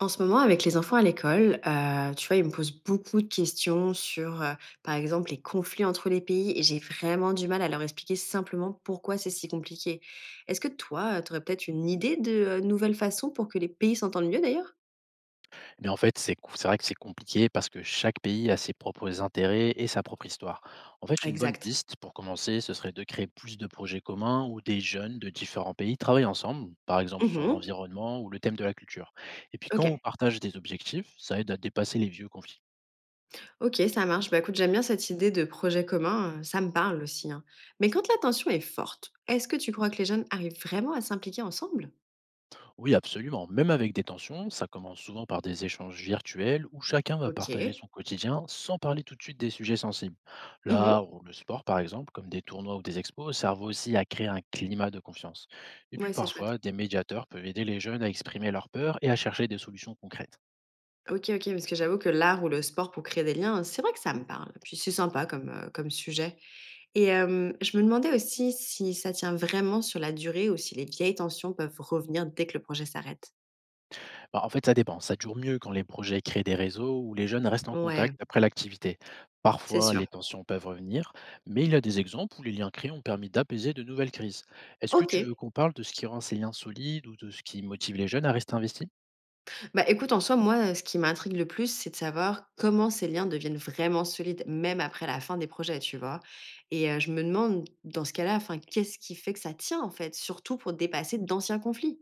En ce moment, avec les enfants à l'école, tu vois, ils me posent beaucoup de questions sur, par exemple, les conflits entre les pays et j'ai vraiment du mal à leur expliquer simplement pourquoi c'est si compliqué. Est-ce que toi, tu aurais peut-être une idée de, nouvelles façons pour que les pays s'entendent mieux d'ailleurs? Mais en fait, c'est vrai que c'est compliqué parce que chaque pays a ses propres intérêts et sa propre histoire. En fait, une bonne Exact. piste pour commencer, ce serait de créer plus de projets communs où des jeunes de différents pays travaillent ensemble, par exemple sur Mmh. l'environnement ou le thème de la culture. Et puis quand OK. on partage des objectifs, ça aide à dépasser les vieux conflits. OK, ça marche. Bah, écoute, j'aime bien cette idée de projet commun, ça me parle aussi, hein. Mais quand la tension est forte, est-ce que tu crois que les jeunes arrivent vraiment à s'impliquer ensemble? Oui, absolument. Même avec des tensions, ça commence souvent par des échanges virtuels où chacun va partager OK. son quotidien sans parler tout de suite des sujets sensibles. Mmh. L'art ou le sport, par exemple, comme des tournois ou des expos, servent aussi à créer un climat de confiance. Et puis Ouais, c'est chouette. parfois, des médiateurs peuvent aider les jeunes à exprimer leurs peurs et à chercher des solutions concrètes. OK, OK, parce que j'avoue que l'art ou le sport pour créer des liens, c'est vrai que ça me parle. Puis c'est sympa comme, comme sujet et je me demandais aussi si ça tient vraiment sur la durée ou si les vieilles tensions peuvent revenir dès que le projet s'arrête? Bah, en fait, ça dépend. Ça dure mieux quand les projets créent des réseaux où les jeunes restent en Ouais, contact après l'activité. c'est Parfois, sûr. les tensions peuvent revenir, mais il y a des exemples où les liens créés ont permis d'apaiser de nouvelles crises. Est-ce que tu veux OK. qu'on parle de ce qui rend ces liens solides ou de ce qui motive les jeunes à rester investis? Bah, écoute, en soi, moi, ce qui m'intrigue le plus, c'est de savoir comment ces liens deviennent vraiment solides, même après la fin des projets, tu vois? Et je me demande dans ce cas-là, enfin, qu'est-ce qui fait que ça tient, en fait? Surtout pour dépasser d'anciens conflits.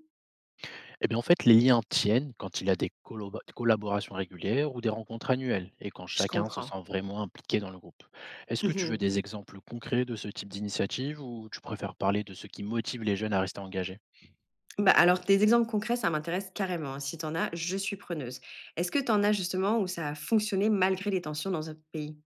Eh bien, en fait, les liens tiennent quand il y a des collaborations régulières ou des rencontres annuelles et quand Je chacun se comprends. sent vraiment impliqué dans le groupe. Est-ce que tu veux des exemples concrets de ce type d'initiative ou tu préfères parler de ce qui motive les jeunes à rester engagés? Bah, alors des exemples concrets, ça m'intéresse carrément, hein. Si tu en as, je suis preneuse. Est-ce que tu en as justement où ça a fonctionné malgré les tensions dans un pays?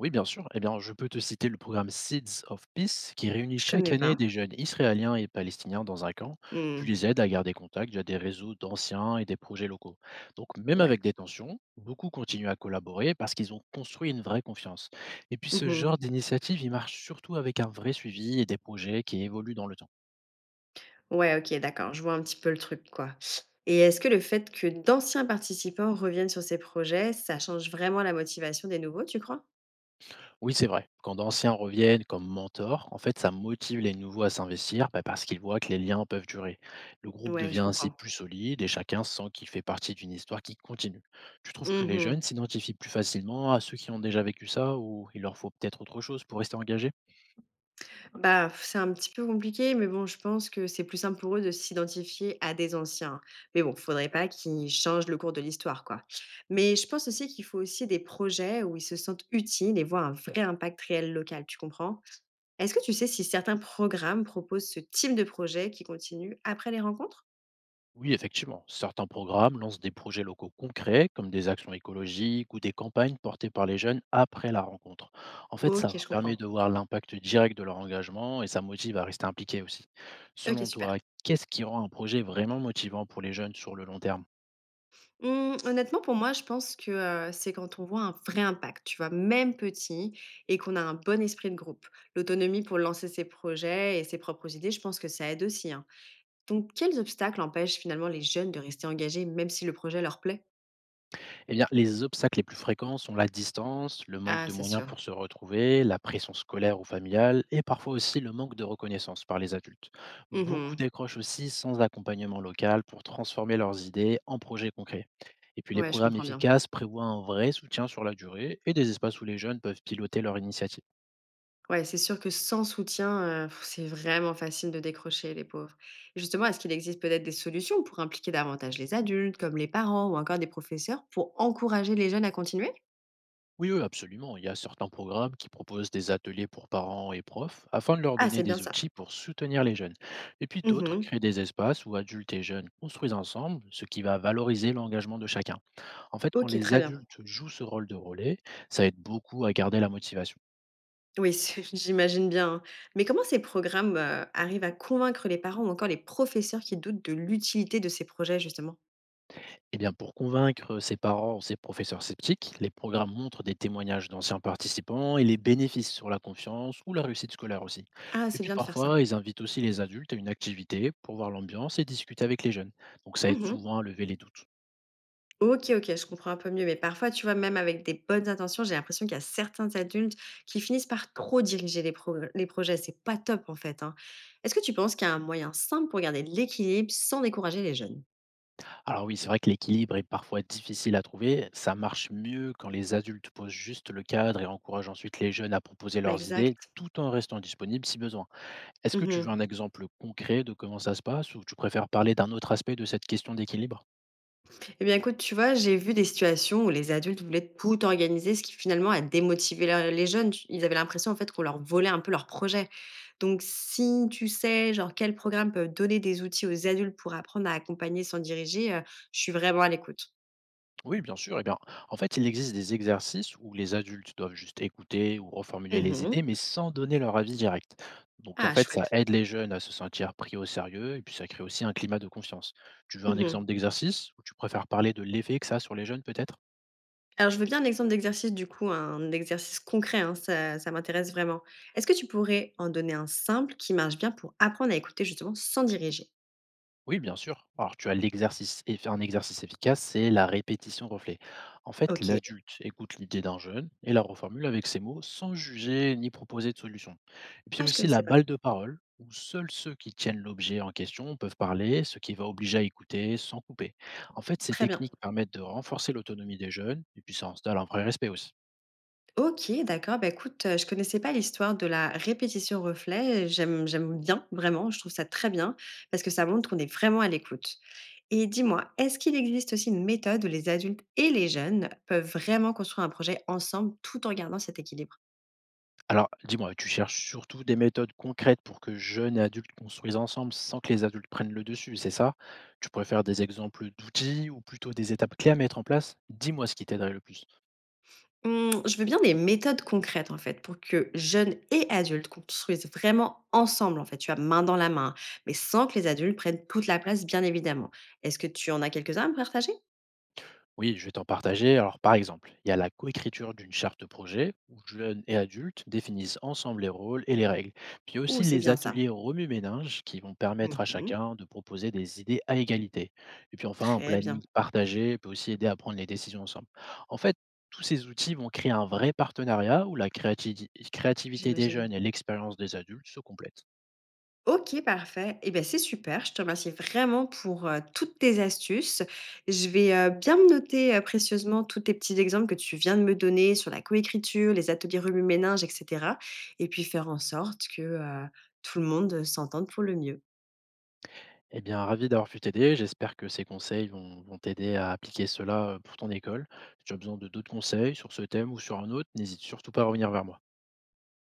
Oui, bien sûr. Eh bien, je peux te citer le programme Seeds of Peace qui réunit Je chaque connais année pas. des jeunes israéliens et palestiniens dans un camp, puis Mmh. les aide à garder contact via des réseaux d'anciens et des projets locaux. Donc, même Ouais. avec des tensions, beaucoup continuent à collaborer parce qu'ils ont construit une vraie confiance. Et puis, ce Mmh. genre d'initiative, il marche surtout avec un vrai suivi et des projets qui évoluent dans le temps. Ouais, OK, d'accord, je vois un petit peu le truc, quoi. Et est-ce que le fait que d'anciens participants reviennent sur ces projets, ça change vraiment la motivation des nouveaux, tu crois? Oui, c'est vrai. Quand d'anciens reviennent comme mentors, en fait, ça motive les nouveaux à s'investir bah, parce qu'ils voient que les liens peuvent durer. Le groupe Ouais, devient je ainsi comprends. plus solide et chacun sent qu'il fait partie d'une histoire qui continue. Tu trouves que les Mmh. jeunes s'identifient plus facilement à ceux qui ont déjà vécu ça ou il leur faut peut-être autre chose pour rester engagés? Bah, pff, c'est un petit peu compliqué, mais bon, je pense que c'est plus simple pour eux de s'identifier à des anciens. Mais bon, faudrait pas qu'ils changent le cours de l'histoire, quoi. Mais je pense aussi qu'il faut aussi des projets où ils se sentent utiles et voient un vrai impact réel local, tu comprends? Est-ce que tu sais si certains programmes proposent ce type de projet qui continue après les rencontres? Oui, effectivement, certains programmes lancent des projets locaux concrets, comme des actions écologiques ou des campagnes portées par les jeunes après la rencontre. En fait, ça Ok, je leur permet comprends. de voir l'impact direct de leur engagement et ça motive à rester impliqué aussi. Ok, Selon toi, super. qu'est-ce qui rend un projet vraiment motivant pour les jeunes sur le long terme? Mmh, honnêtement, pour moi, je pense que, c'est quand on voit un vrai impact, tu vois? Même petit et qu'on a un bon esprit de groupe. L'autonomie pour lancer ses projets et ses propres idées, je pense que ça aide aussi, hein. Donc quels obstacles empêchent finalement les jeunes de rester engagés même si le projet leur plaît? Eh bien, les obstacles les plus fréquents sont la distance, le manque Ah, de c'est moyens sûr. pour se retrouver, la pression scolaire ou familiale, et parfois aussi le manque de reconnaissance par les adultes. Beaucoup Mmh. décrochent aussi sans accompagnement local pour transformer leurs idées en projets concrets. Et puis les Ouais, je programmes comprends bien. efficaces prévoient un vrai soutien sur la durée et des espaces où les jeunes peuvent piloter leur initiative. Ouais, c'est sûr que sans soutien, c'est vraiment facile de décrocher, les pauvres. Et justement, est-ce qu'il existe peut-être des solutions pour impliquer davantage les adultes, comme les parents ou encore des professeurs, pour encourager les jeunes à continuer? Oui, oui, absolument. Il y a certains programmes qui proposent des ateliers pour parents et profs afin de leur Ah, donner c'est bien des ça. outils pour soutenir les jeunes. Et puis d'autres Mmh. créent des espaces où adultes et jeunes construisent ensemble, ce qui va valoriser l'engagement de chacun. En fait, quand OK, les très bien. adultes jouent ce rôle de relais, ça aide beaucoup à garder la motivation. Oui, c'est j'imagine bien, hein. Mais comment ces programmes, arrivent à convaincre les parents ou encore les professeurs qui doutent de l'utilité de ces projets, justement? Eh bien, pour convaincre ses parents ou ses professeurs sceptiques, les programmes montrent des témoignages d'anciens participants et les bénéfices sur la confiance ou la réussite scolaire aussi. Ah, Et c'est puis bien de faire ça. parfois, ils invitent aussi les adultes à une activité pour voir l'ambiance et discuter avec les jeunes. Donc ça aide Mmh. souvent à lever les doutes. OK, OK, je comprends un peu mieux, mais parfois, tu vois, même avec des bonnes intentions, j'ai l'impression qu'il y a certains adultes qui finissent par trop diriger les projets. C'est pas top, en fait, hein. Est-ce que tu penses qu'il y a un moyen simple pour garder l'équilibre sans décourager les jeunes? Alors oui, c'est vrai que l'équilibre est parfois difficile à trouver. Ça marche mieux quand les adultes posent juste le cadre et encouragent ensuite les jeunes à proposer Bah, leurs idées exact. tout en restant disponibles si besoin. Est-ce que tu veux Mmh. un exemple concret de comment ça se passe ou tu préfères parler d'un autre aspect de cette question d'équilibre? Eh bien, écoute, tu vois, j'ai vu des situations où les adultes voulaient tout organiser, ce qui finalement a démotivé les jeunes. Ils avaient l'impression, en fait, qu'on leur volait un peu leur projet. Donc, si tu sais, genre, quels programmes peuvent donner des outils aux adultes pour apprendre à accompagner sans diriger, je suis vraiment à l'écoute. Oui, bien sûr. Eh bien, en fait, il existe des exercices où les adultes doivent juste écouter ou reformuler les idées, Mhm. mais sans donner leur avis direct. Donc, en Ah, fait, ça chouette. aide les jeunes à se sentir pris au sérieux et puis ça crée aussi un climat de confiance. Tu veux un Mhm. exemple d'exercice ou tu préfères parler de l'effet que ça a sur les jeunes, peut-être? Alors, je veux bien un exemple d'exercice, du coup, un exercice concret, hein, ça m'intéresse vraiment. Est-ce que tu pourrais en donner un simple qui marche bien pour apprendre à écouter, justement, sans diriger? Oui, bien sûr. Alors, tu as l'exercice, et un exercice efficace, c'est la répétition reflet. En fait, Ok. l'adulte écoute l'idée d'un jeune et la reformule avec ses mots sans juger ni proposer de solution. Et puis Ah, je aussi la connaissais pas. balle de parole, où seuls ceux qui tiennent l'objet en question peuvent parler, ce qui va obliger à écouter sans couper. En fait, ces Très bien. techniques permettent de renforcer l'autonomie des jeunes et puis ça installe un vrai respect aussi. OK, d'accord. Bah, écoute, je connaissais pas l'histoire de la répétition reflet. J'aime bien, vraiment, je trouve ça très bien parce que ça montre qu'on est vraiment à l'écoute et dis-moi, est-ce qu'il existe aussi une méthode où les adultes et les jeunes peuvent vraiment construire un projet ensemble tout en gardant cet équilibre? Alors, dis-moi, tu cherches surtout des méthodes concrètes pour que jeunes et adultes construisent ensemble sans que les adultes prennent le dessus, c'est ça? Tu préfères des exemples d'outils ou plutôt des étapes clés à mettre en place? Dis-moi ce qui t'aiderait le plus. Mmh, je veux bien des méthodes concrètes, en fait, pour que jeunes et adultes construisent vraiment ensemble, en fait, tu as main dans la main, mais sans que les adultes prennent toute la place, bien évidemment. Est-ce que tu en as quelques-uns à me partager? Oui, je vais t'en partager. Alors, par exemple, il y a la coécriture d'une charte projet où jeunes et adultes définissent ensemble les rôles et les règles. Puis il y a Oh, aussi c'est les bien ça? ateliers remue-ménage qui vont permettre à Mmh. chacun de proposer des idées à égalité. Et puis enfin, un Très bien, planning partagé peut aussi aider à prendre les décisions ensemble. En fait, tous ces outils vont créer un vrai partenariat où la créativité des j'imagine. jeunes et l'expérience des adultes se complètent. OK, parfait. Et beh, c'est super. Je te remercie vraiment pour, toutes tes astuces. Je vais, bien me noter, précieusement tous tes petits exemples que tu viens de me donner sur la coécriture, les ateliers remue-ménage et cetera et puis faire en sorte que, tout le monde, s'entende pour le mieux. Eh bien, ravi d'avoir pu t'aider. J'espère que ces conseils vont t'aider à appliquer cela pour ton école. Si tu as besoin de d'autres conseils sur ce thème ou sur un autre, n'hésite surtout pas à revenir vers moi.